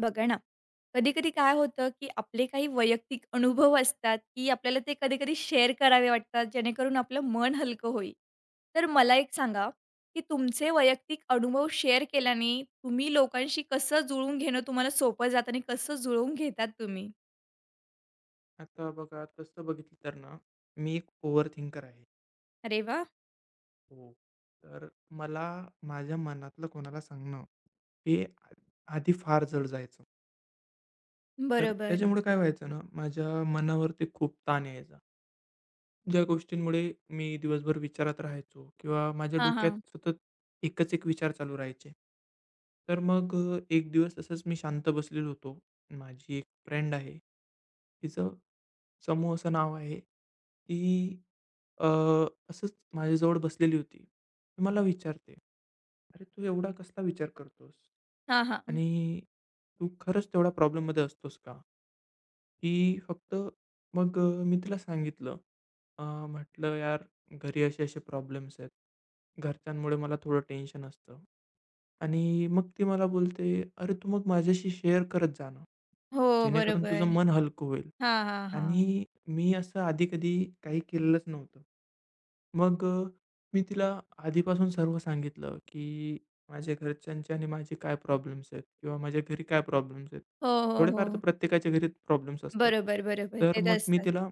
बघा ना, कधी-कधी काय होतं, की आपले काही वैयक्तिक अनुभव असतात, की आपल्याला ते कधी-कधी शेअर करावे वाटतात, जेणेकरून आपलं मन हलकं होईल. तर मला एक सांगा, की तुमचे वैयक्तिक अनुभव शेअर केल्याने तुम्ही लोकांशी कसं जुळवून घेणं तुम्हाला सोपं जातं आणि कसं जुळवून घेतात तुम्ही? आता बघा तसं बघितलं तर ना, मी एक ओव्हर थिंकर आहे. अरे वाह! हो. तर मला माझ्या मनातलं कोणाला सांगणं, हे आधी फार जड जायचं. तर बरोबर. त्याच्यामुळे काय व्हायचं ना, माझ्या मनावरती खूप ताण यायचा. ज्या गोष्टींमुळे मी दिवसभर विचारात राहायचो किंवा माझ्या हां, हां. डोक्यात सतत एकच एक विचार चालू राहायचे. तर मग एक दिवस असंच मी शांत बसलेलो होतो. माझी एक फ्रेंड आहे, तिचं समूहचं नाव आहे. ती अ, असंच माझ्याजवळ बसलेली होती. ती मला विचारते, "अरे, तू एवढा कसला विचार करतोस? हां, हां. आणि तू खरंच तेवढ्या प्रॉब्लेममध्ये असतोस का?" ही फक्त मग मी तिला सांगितलं. अ, म्हटलं, "यार, घरी असे-असे प्रॉब्लेम्स आहेत. घरच्यांमुळे मला थोडं टेन्शन असतं." आणि मग ती मला बोलते, "अरे, तू मग माझ्याशी शेअर करत जा ना, हो, जेणेकरून तुझं बरोबर. मन हलकं होईल." हां, हां, हां. आणि मी असं आधी कधी काही केलेलंच नव्हतं. मग मी तिला आधीपासून सर्व सांगितलं, की माझ्या घरच्यांचे आणि माझे काय प्रॉब्लेम्स आहेत किंवा माझ्या घरी काय प्रॉब्लेम्स आहेत. हो, हो, थोडेफार तर हो. प्रत्येकाच्या घरी प्रॉब्लेम्स असतात. बरोबर, बरोबर. तर ते तर मग मी असतात. तिला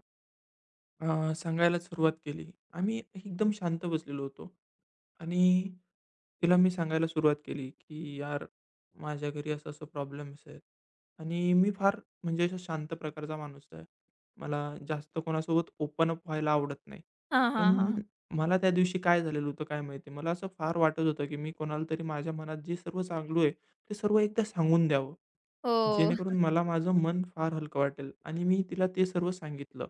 सांगायला सुरुवात केली. आम्ही एकदम शांत बसलेलो होतो आणि तिला मी सांगायला सुरुवात केली, की "यार, माझ्या घरी असं-असं प्रॉब्लेम्स आहेत." आणि मी फार म्हणजे असा शांत प्रकारचा माणूस आहे. मला जास्त कोणासोबत ओपन अप व्हायला आवडत नाही. हां, हां, पण हां. मला त्या दिवशी काय झालेलं होतं काय माहिती, मला असं फार वाटत होतं, की मी कोणाला तरी माझ्या मनात जे सर्व चांगलं आहे, ते सर्व एकदा सांगून द्यावं. हो. जेणेकरून मला माझं मन फार हलकं वाटेल आणि मी तिला ते सर्व सांगितलं.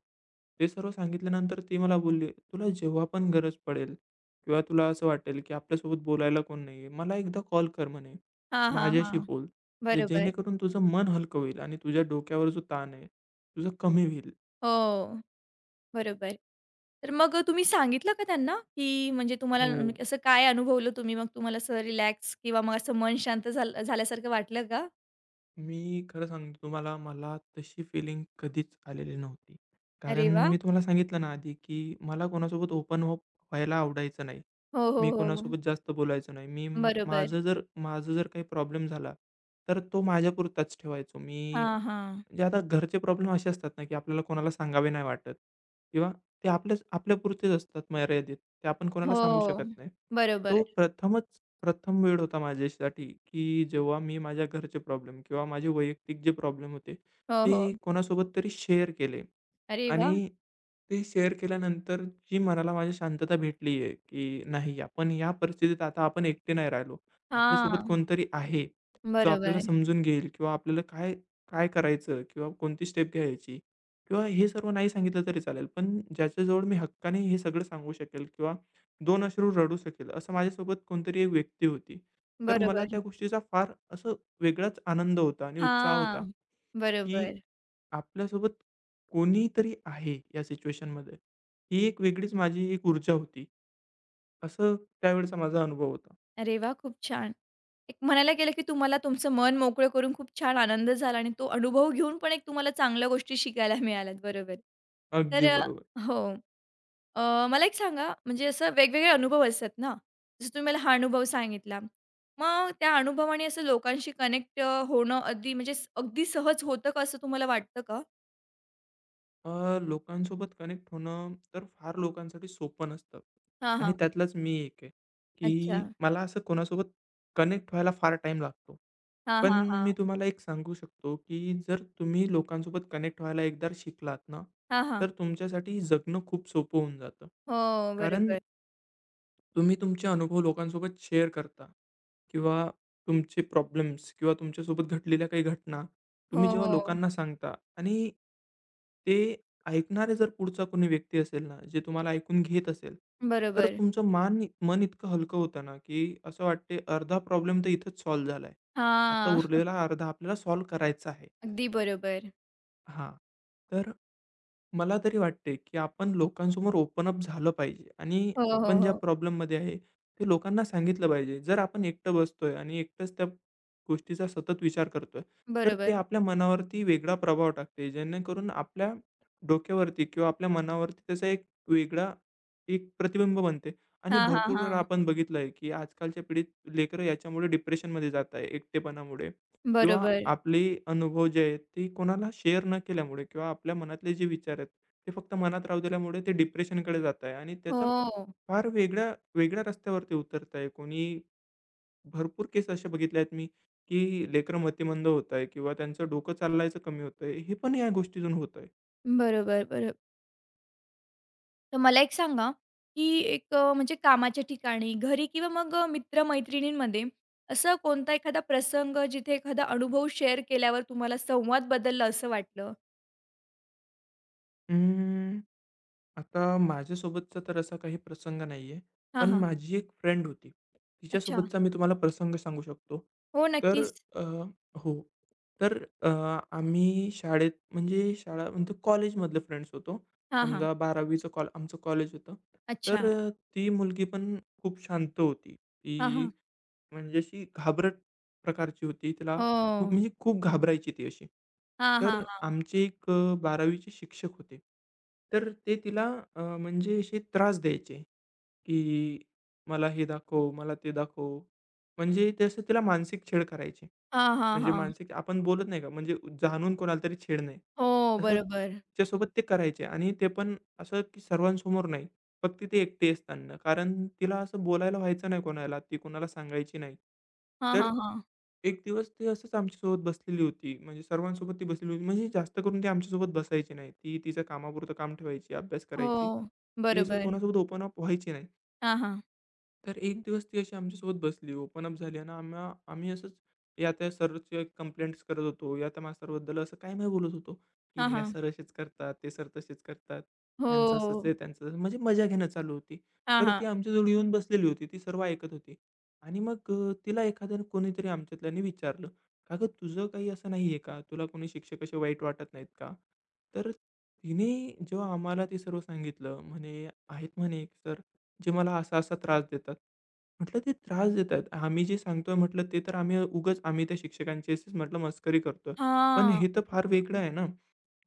ते सर्व सांगितल्यानंतर ती मला बोलली, "तुला जेव्हा पण गरज पडेल किंवा तुला असं वाटेल की आपल्यासोबत बोलायला कोण नाही आहे, मला एकदा कॉल कर म्हणे. हां, हां, हां. माझ्याशी बोल. बरोबर. जेणेकरून तुझं मन हलकं होईल आणि तुझ्या डोक्यावर जो ताण आहे, तुझं कमी होईल." हो. बरोबर. तर मग तुम्ही सांगितलं का त्यांना? की म्हणजे तुम्हाला हो. न- म्हणजे असं काय अनुभवलं तुम्ही? मग तुम्हाला असं रिलॅक्स किंवा मग असं मन शांत झाल्यासारखं वाटलं का? मी खरं सांगतो तुम्हाला, मला तशी फीलिंग कधीच आलेली नव्हती. अरे कारण वाह! मी तुम्हाला सांगितलं ना आधी, की मला कोणासोबत ओपन अप व्हायला आवडायचं नाही. हो, हो, मी हो. कोणासोबत जास्त बोलायचो नाही. मी बरोबर. माझं जर काही प्रॉब्लेम झाला, तर तो माझ्यापुरताच ठेवायचो. मी हां, हां. म्हणजे आता घरचे प्रॉब्लेम असे असतात ना, की आपल्याला कोणाला सांगावे नाही वाटत किंवा ते आपल्याच आपल्यापुरतेच असतात मर्यादित. ते आपण कोणाला सांगू हो. शकत नाही. बरोबर. तो प्रथमच प्रथम वेळ होता माझ्यासाठी, की जेव्हा मी माझ्या घरचे प्रॉब्लेम किंवा माझे वैयक्तिक जे प्रॉब्लेम होते, हो, हो. ते कोणासोबत तरी शेअर केले. अरे आणि वाह! ते शेअर केल्यानंतर जी मनाला माझी शांतता भेटली आहे, की नाही आपण या परिस्थितीत आता आपण एकटे नाही राहिलो. आपल्यासोबत हां. कोणतरी आहे, जो आपल्याला बरोबर. समजून घेईल किंवा आपल्याला काय काय करायचं किंवा कोणती स्टेप घ्यायची किंवा हे सर्व नाही सांगितलं तरी चालेल, पण ज्याच्याजवळ मी हक्काने हे सगळं सांगू शकेल किंवा 2 अश्रू रडू शकेल, असं माझ्यासोबत कोणतरी एक व्यक्ती होती. तर मला बरोबर. त्या गोष्टीचा फार असं वेगळाच आनंद होता आणि उत्साह होता, हां. की बरोबर. आपल्यासोबत कोणीतरी आहे या सिच्युएशनमध्ये. ही एक वेगळीच माझी एक ऊर्जा होती. असं त्यावेळेचा माझा अनुभव होता. अरे वाह! खूप छान. एक म्हणायला गेलं, की तुम्हाला तुमचं मन मोकळं करून खूप छान आनंद झाला आणि तो अनुभव घेऊन पण एक तुम्हाला चांगल्या गोष्टी शिकायला मिळाल्यात. बरोबर. तर अगदी अ, बरोबर. हो. मला एक सांगा, म्हणजे असं वेगवेगळे अनुभव असतात ना, जसं तुम्ही मला हा अनुभव सांगितला. मग त्या अनुभवाने असं लोकांशी कनेक्ट होणं अगदी म्हणजे अगदी सहज होतं का असं तुम्हाला वाटतं का? लोकांसोबत कनेक्ट होणं तर फार लोकांसाठी सोपं नसतं हां, आणि हां. त्यातलाच मी एक आहे, अच्छा. की मला असं कोणासोबत कनेक्ट व्हायला फार टाईम लागतो. हां, पण हां, हां. मी तुम्हाला एक सांगू शकतो, की जर तुम्ही लोकांसोबत कनेक्ट व्हायला एकदा शिकलात ना, हां, हां. तर तुमच्यासाठी जगणं खूप सोपं होऊन जातं. हो, कारण बरोबर. तुम्ही तुमचे अनुभव लोकांसोबत शेअर करता किंवा तुमचे प्रॉब्लेम्स किंवा तुमच्यासोबत घडलेल्या काही घटना तुम्ही हो, जेव्हा हो. लोकांना सांगता आणि ते ऐकणारे जर पुढचा कोणी व्यक्ती असेल ना, जे तुम्हाला ऐकून घेत असेल, तर बरोबर. तुमचं मन इतकं हलकं होतं ना, की असं वाटते अर्धा प्रॉब्लेम तर इथंच सॉल्व्ह झालाय. आता हां. उरलेला अर्धा आपल्याला सॉल्व्ह करायचा आहे. अगदी बरोबर. हां. तर मला तरी वाटते, की आपण लोकांसमोर ओपन अप झालं पाहिजे आणि हो, हो, आपण ज्या हो. प्रॉब्लेममध्ये आहे, ते लोकांना सांगितलं पाहिजे. जर आपण एकटं बसतोय आणि एकटंच त्या गोष्टीचा सतत विचार करतोय, तर बरोबर. ते आपल्या मनावरती वेगळा प्रभाव टाकते. जेणेकरून आपल्या डोक्यावरती किंवा आपल्या मनावरती त्याचा एक वेगळा एक प्रतिबिंब बनते आणि हां, हां, भरपूर वेळा हां. आपण बघितलंय, की आजकालच्या पिढीत लेकरं याच्यामुळे डिप्रेशनमध्ये जात आहे एकटेपणामुळे. किंवा बरोबर. आपले अनुभव जे आहेत ते कोणाला शेअर न केल्यामुळे किंवा आपल्या मनातले जे विचार आहेत ते फक्त मनात राहू दिल्यामुळे ते डिप्रेशनकडे जात आहे आणि त्याचा हो. फार वेगळ्या वेगळ्या रस्त्यावरती उतरत आहे कोणी भरपूर केस असे बघितले आहेत मी की लेकरं मतिमंद होत आहे किंवा त्यांचं डोकं चालायचं कमी होत आहे हे पण या गोष्टीतून होत बरोबर, बरोबर. तर मला एक सांगा, की म्हणजे कामाच्या ठिकाणी, घरी किंवा मित्र-मैत्रिणींमध्ये असा कोणता एखादा प्रसंग जिथे एखादा अनुभव शेअर केल्यावर तुम्हाला संवाद बदलला असं वाटलं? आहे आता माझ्यासोबतचा तर असा काही प्रसंग नाही आहे, हां, पण हां. माझी एक फ्रेंड होती. अच्छा. तिच्यासोबतचा मी तुम्हाला प्रसंग सांगू शकतो. हो, तर नक्कीच. अ, हो. तर आम्ही शाळेत म्हणजे शाळा म्हणतो कॉलेजमधले फ्रेंड्स होतो. हां, हां. समजा 12वीचं कॉल आमचं कॉलेज होतं. तर अच्छा. ती मुलगी पण खूप शांत होती. हां, ती हां. म्हणजे अशी घाबरट प्रकारची होती. तिला खूप हो. म्हणजे खूप घाबरायची ती अशी. हां, हां, तर हां. आमचे एक 12वीचे शिक्षक होते. तर ते तिला म्हणजे असे त्रास द्यायचे, की "मला हे दाखव, मला ते दाखव." म्हणजे ते असं तिला मानसिक छेड करायचे. हां, हां, म्हणजे हां. मानसिक आपण बोलत नाही का, म्हणजे जाणून कोणाला तरी छेडणे. हो, असं बरोबर. तिच्यासोबत ते करायचे आणि ते पण असं की सर्वांसमोर नाही, फक्त ते एकटी असताना. कारण तिला असं बोलायला व्हायचं नाही कोणाला, ती कोणाला सांगायची नाही. हां, तर हां, हां. एक दिवस ती असंच आमच्यासोबत बसलेली होती, म्हणजे सर्वांसोबत ती बसलेली होती. म्हणजे जास्त करून ती आमच्यासोबत बसायची नाही. ती तिचं कामापुरतं काम ठेवायची, अभ्यास करायची. हो. ती असं बरोबर. कोणासोबत ओपन अप व्हायची नाही. हां, हां. तर एक दिवस ती अशी आमच्यासोबत बसली, ओपन अप झाली आणि आम्ही असंच या त्या सरची कंप्लेंट्स करत होतो, या त्या मास्तरबद्दल असं काही नाही बोलत होतो, की हां, "हे हां. सर असेच करतात, ते सर तसेच करतात, हो. यांचं असंच आहे, त्यांचं तसं" म्हणजे मजा घेणं चालू होती. हां, तर हां. ती आमच्याजवळ येऊन बसलेली होती, ती सर्व ऐकत होती आणि मग तिला एखाद्याने कोणीतरी आमच्यातल्यानी विचारलं, "का गं तुझं काही असं नाही आहे का? तुला कोणी शिक्षक असे वाईट वाटत नाहीत का?" तर तिने जेव्हा आम्हाला ते सर्व सांगितलं, म्हणे "आहेत म्हणे सर." जे मला असा-असा त्रास देतात. म्हटलं ते त्रास देतात. आम्ही जे सांगतोय म्हटलं ते तर आम्ही उगाच आम्ही त्या शिक्षकांचीच म्हटलं मस्करी करतोय. पण हां, हे तर फार वेगळं आहे ना.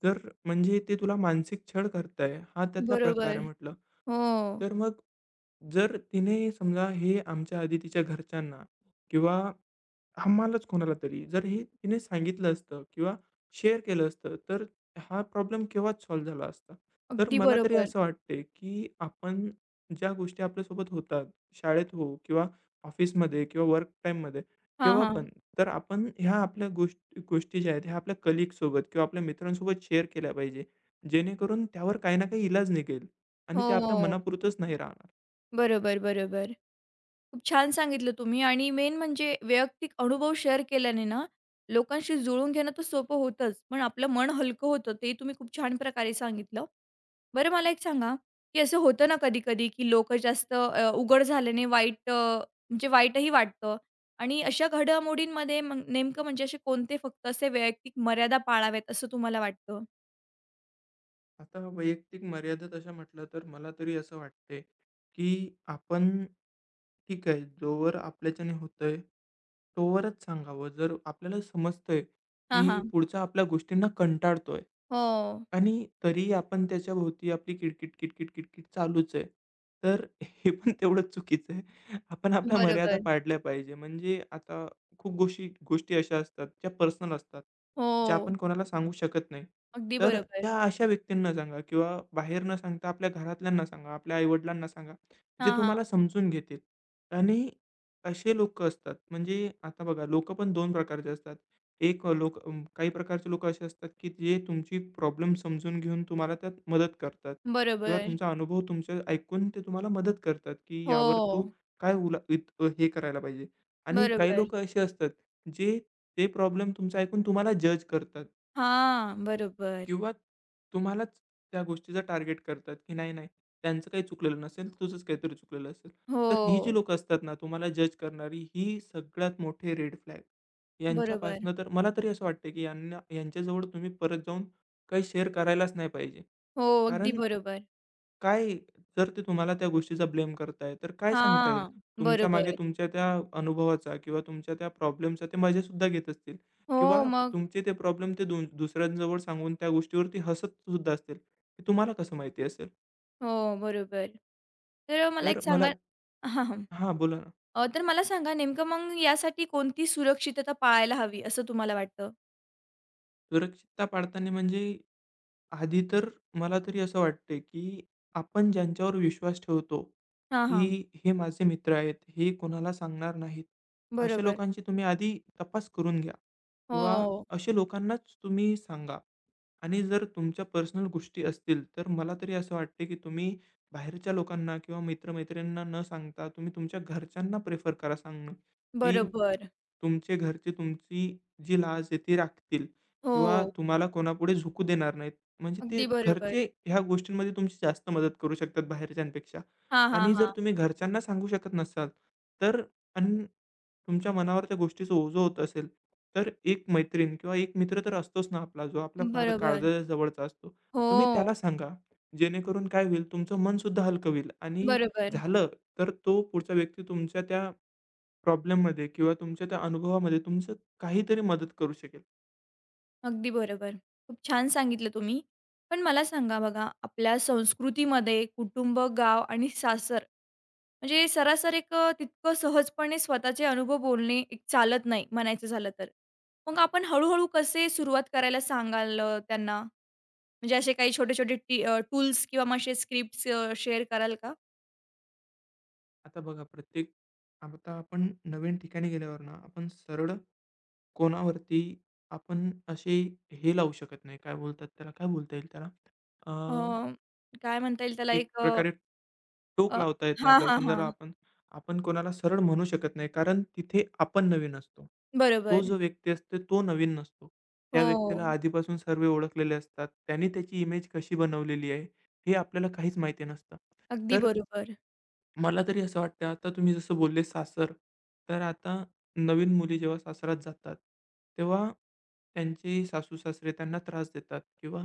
तर म्हणजे ते तुला मानसिक छळ करताय, हा त्यातला प्रकार बरोबर. आहे म्हटलं. हो, तर मग जर तिने समजा हे आमच्या आधी तिच्या घरच्यांना किंवा आम्हालाच कोणाला तरी. जर हे तिने सांगितलं असतं किंवा शेअर केलं असतं, तर हा प्रॉब्लेम केव्हाच सॉल्व्ह झाला असता. तर अगदी मला तरी बरोबर. असं वाटते, की आपण ज्या गोष्टी आपल्यासोबत होतात, शाळेत हो किंवा ऑफिसमध्ये किंवा वर्क टाईममध्ये हां, केव्हा हां. पण, तर आपण ह्या आपल्या गोष्टी गोष्टी ज्या आहेत, ह्या आपल्या कलीगसोबत किंवा आपल्या मित्रांसोबत शेअर केल्या पाहिजे. जेणेकरून त्यावर काही ना काही इलाज निघेल आणि ते आपल्या हो, मनापुरतंच नाही राहणार. बरोबर, बरोबर. खूप छान सांगितलं तुम्ही आणि मेन म्हणजे वैयक्तिक अनुभव शेअर केल्याने ना, लोकांशी जुळून घेणं तर सोपं होतंच, पण आपलं मन हलकं होतं, ते तुम्ही खूप छान प्रकारे सांगितलं. बरं मला एक सांगा, की असं होतं ना कधी-कधी, की लोकं जास्त उघड झाल्याने म्हणजे वाईटही वाटतं आणि अशा घडामोडींमध्ये मग नेमकं म्हणजे असे कोणते फक्त असे वैयक्तिक मर्यादा पाळाव्यात असं तुम्हाला वाटतं? आता वैयक्तिक मर्यादा तशा म्हटलं तर मला तरी असं वाटते, की आपण ठीक आहे, जोवर आपल्याच्याने होतंय, तोवरच सांगावं. जर आपल्याला समजतंय, हां, की हां. पुढचा आपल्या गोष्टींना कंटाळतोय हो. आणि तरीही आपण त्याच्याभोवती आपली किटकिट, किटकिट, किटकिट चालूच आहे. तर हे पण तेवढंच चुकीचं आहे. आपण आपल्या मर्यादा बरोबर. पाळल्या पाहिजे. म्हणजे आता खूप गोष्टी गोष्टी अशा असतात, ज्या पर्सनल असतात, ज्या हो. आपण कोणाला सांगू शकत नाही. अगदी तर बरोबर. त्या अशा व्यक्तींना सांगा किंवा बाहेर न सांगता आपल्या घरातल्यांना सांगा, आपल्या आई-वडिलांना सांगा, जे हां, हां. तुम्हाला समजून घेतील. आणि असे लोकं असतात, म्हणजे आता बघा लोकं पण 2 प्रकारचे असतात. एक लोक काही प्रकारचे लोकं असे असतात, की जे तुमची प्रॉब्लेम समजून घेऊन तुम्हाला त्यात मदत करतात किंवा बरोबर. तुमचा अनुभव तुमचे ऐकून ते तुम्हाला मदत करतात, की यावर तू हो. काय उला इत हे करायला पाहिजे. आणि काही बरोबर. लोकं असे असतात, जे ते प्रॉब्लेम तुमचं ऐकून तुम्हाला जज करतात हां. बरोबर. किंवा तुम्हालाच त्या गोष्टीचं टार्गेट करतात, की नाही, नाही त्यांचं काही चुकलेलं नसेल, तुझंच काहीतरी चुकलेलं असेल. तर ही जी हो. लोकं असतात ना, तुम्हाला जज करणारी, ही सगळ्यात मोठे रेड फ्लॅग. बरोबर. यांच्यापासनं तर मला तरी असं वाटतं, की यांना यांच्याजवळ तुम्ही परत जाऊन काही शेअर करायलाच नाही पाहिजे. हो. अगदी कारण बरोबर. काय जर ते तुम्हाला त्या गोष्टीचा ब्लेम करताय, तर काय सांगता येईल? हां. तुमच्या बरोबर. मागे तुमच्या त्या अनुभवाचा किंवा तुमच्या त्या प्रॉब्लेमचा ते मजासुद्धा घेत असतील किंवा हो, मग तुमचे ते प्रॉब्लेम ते दुसऱ्यांजवळ सांगून त्या गोष्टीवरती हसतसुद्धा असतील. हे तुम्हाला कसं माहिती असेल? हो, बरोबर. मला तर एक मला सांगा हां, हां. हां, बोला ना. तर मला सांगा नेमकं मग यासाठी कोणती सुरक्षितता पाळायला हवी असं तुम्हाला वाटतं? सुरक्षितता पाळताना म्हणजे आधी तर मला तरी असं वाटतंय, की आपण ज्यांच्यावर विश्वास ठेवतो, हां, हां. की हे माझे मित्र आहेत, हे कोणाला सांगणार नाहीत, अशा बरोबर. लोकांची तुम्ही आधी तपास करून घ्या किंवा हो. अशा लोकांनाच तुम्ही सांगा. आणि जर तुमच्या पर्सनल गोष्टी असतील, तर मला तरी असं वाटते, की तुम्ही बाहेरच्या लोकांना किंवा मित्र-मैत्रिणींना न सांगता तुम्ही तुमच्या घरच्यांना प्रिफर करा सांगणं, की बरोबर. तुमचे घरचे तुमची जी लाज आहे ती राखतील किंवा हो. तुम्हाला कोणापुढे झुकू देणार नाहीत. म्हणजे ते अगदी बरोबर. घरचे ह्या गोष्टींमध्ये तुमची जास्त मदत करू शकतात बाहेरच्यांपेक्षा. हां, हां, आणि जर हां. तुम्ही घरच्यांना सांगू शकत नसाल, तर आणि तुमच्या मनावर त्या गोष्टीचं ओझं होत असेल, तर एक मैत्रीण किंवा एक मित्र तर असतोच ना आपला, जो आपला फार बरोबर. काळजाच्या जवळचा असतो. तुम्ही त्याला हो, सांगा, जेणेकरून काय होईल तुमचं मन सुद्धा हलकं होईल आणि बरोबर. झालं तर तो पुढचा व्यक्ती तुमच्या त्या प्रॉब्लेममध्ये किंवा तुमच्या त्या अनुभवामध्ये तुमचं काहीतरी मदत करू शकेल. अगदी बरोबर. खूप छान सांगितलं तुम्ही. पण मला सांगा बघा, आपल्या संस्कृतीमध्ये कुटुंब, गाव आणि सासर म्हणजे सरासर तितकं सहजपणे स्वतःचे अनुभव बोलणे एक चालत नाही म्हणायचं झालं तर. मग आपण हळू कसे सुरुवात करायला सांगाल त्यांना? म्हणजे असे काही छोटे-छोटे टूल्स किंवा मग असे स्क्रिप्ट्स शेअर कराल का? आता बघा प्रत्येक आता आपण नवीन ठिकाणी गेल्यावर ना, आपण सरळ कोणावरती आपण असे हे लावू शकत नाही, काय बोलतात त्याला, काय बोलता येईल त्याला? अ, काय म्हणता येईल त्याला एक एक अ, प्रकारे टोक अ लावता येत नाही हां, आपल्याला. हां, हां. समजा आपण आपण कोणाला सरळ म्हणू शकत नाही, कारण तिथे आपण नवीन असतो. तो बरोबर. जो व्यक्ती असतो तो नवीन नसतो. त्या व्यक्तीला हो, आधीपासून सर्व ओळखलेले असतात. त्याने त्याची इमेज कशी बनवलेली आहे, हे आपल्याला काहीच माहिती नसतं. अगदी तर बरोबर. मला तरी असं वाटतं, आता तुम्ही जसं बोलले सासर, तर आता नवीन मुली जेव्हा सासरात जातात, तेव्हा त्यांचे सासू-सासरे त्यांना त्रास देतात किंवा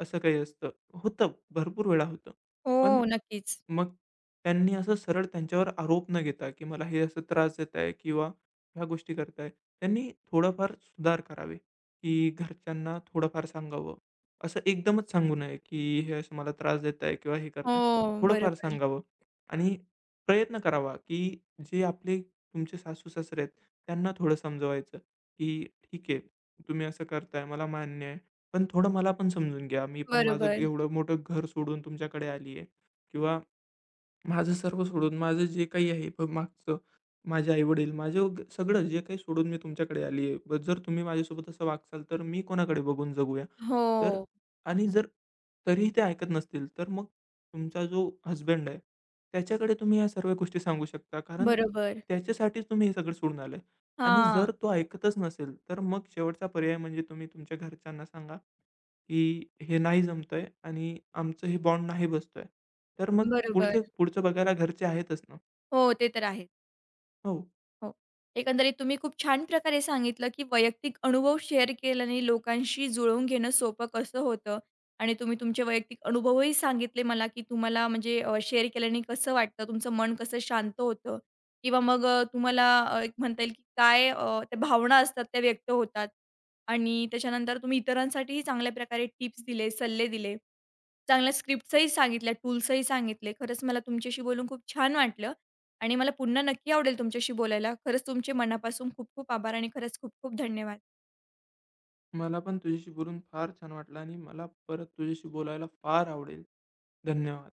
असं काही असतं. होतं, भरपूर वेळा होतं. हो, पण नक्कीच. मग त्यांनी असं सरळ त्यांच्यावर आरोप न घेता, की मला हे असं त्रास देत आहे किंवा ह्या गोष्टी करत त्यांनी थोडंफार सुधार करावे, की घरच्यांना थोडंफार सांगावं. असं एकदमच सांगू नये, की हे असं मला त्रास देत आहे किंवा हे करत आहे. हो, थोडंफार बरोबर, सांगावं आणि प्रयत्न करावा, की जे आपले तुमचे सासू-सासरे आहेत, त्यांना थोडं समजवायचं, की "ठीक आहे, तुम्ही असं करताय, मला मान्य आहे. पण थोडं मला पण समजून घ्या. मी पण माझं बरोबर. एवढं मोठं घर सोडून तुमच्याकडे आली आहे." किंवा माझं सर्व सोडून, माझं जे काही आहे मागचं, माझे आई-वडील, माझं सगळं जे काही सोडून मी तुमच्याकडे आली आहे. जर तुम्ही माझ्यासोबत असं वागसाल, तर मी कोणाकडे बघून जगूया? हो, तर आणि जर तरीही ते ऐकत नसतील, तर मग तुमचा जो हसबँड आहे, त्याच्याकडे तुम्ही ह्या सर्व गोष्टी सांगू शकता. कारण बरोबर. त्याच्यासाठीच तुम्ही हे सगळं सोडून आलाय आणि हां, जर तो ऐकतच नसेल, तर मग शेवटचा पर्याय म्हणजे तुम्ही तुमच्या घरच्यांना सांगा की हे नाही जमतंय आणि आमचं हे बॉन्ड नाही बसतोय. तर मग बरोबर. पुढचं पुढचं बघायला घरचे आहेतच ना. हो, ते तर आहे. हो, हो. एकंदरीत तुम्ही खूप छान प्रकारे सांगितलं, की वैयक्तिक अनुभव शेअर केल्याने लोकांशी जुळवून घेणं सोपं कसं होतं आणि तुम्ही तुमचे वैयक्तिक अनुभवही सांगितले मला, की तुम्हाला म्हणजे शेअर केल्याने कसं वाटतं, तुमचं मन कसं शांत होतं किंवा मग अ, तुम्हाला अ, एक म्हणता येईल, की काय त्या भावना असतात त्या व्यक्त होतात आणि त्याच्यानंतर तुम्ही इतरांसाठीही चांगल्या प्रकारे टिप्स दिले, सल्ले दिले. चांगल्या स्क्रिप्ट्सही सांगितल्या, टूल्सही सांगितले. खरंच मला तुमच्याशी बोलून खूप छान वाटलं आणि मला पुन्हा नक्की आवडेल तुमच्याशी बोलायला. खरंच तुमचे मनापासून खूप खूप आभार आणि खरंच खूप खूप धन्यवाद. मला पण तुझ्याशी बोलून फार छान वाटलं आणि मला परत तुझ्याशी बोलायला फार आवडेल. धन्यवाद.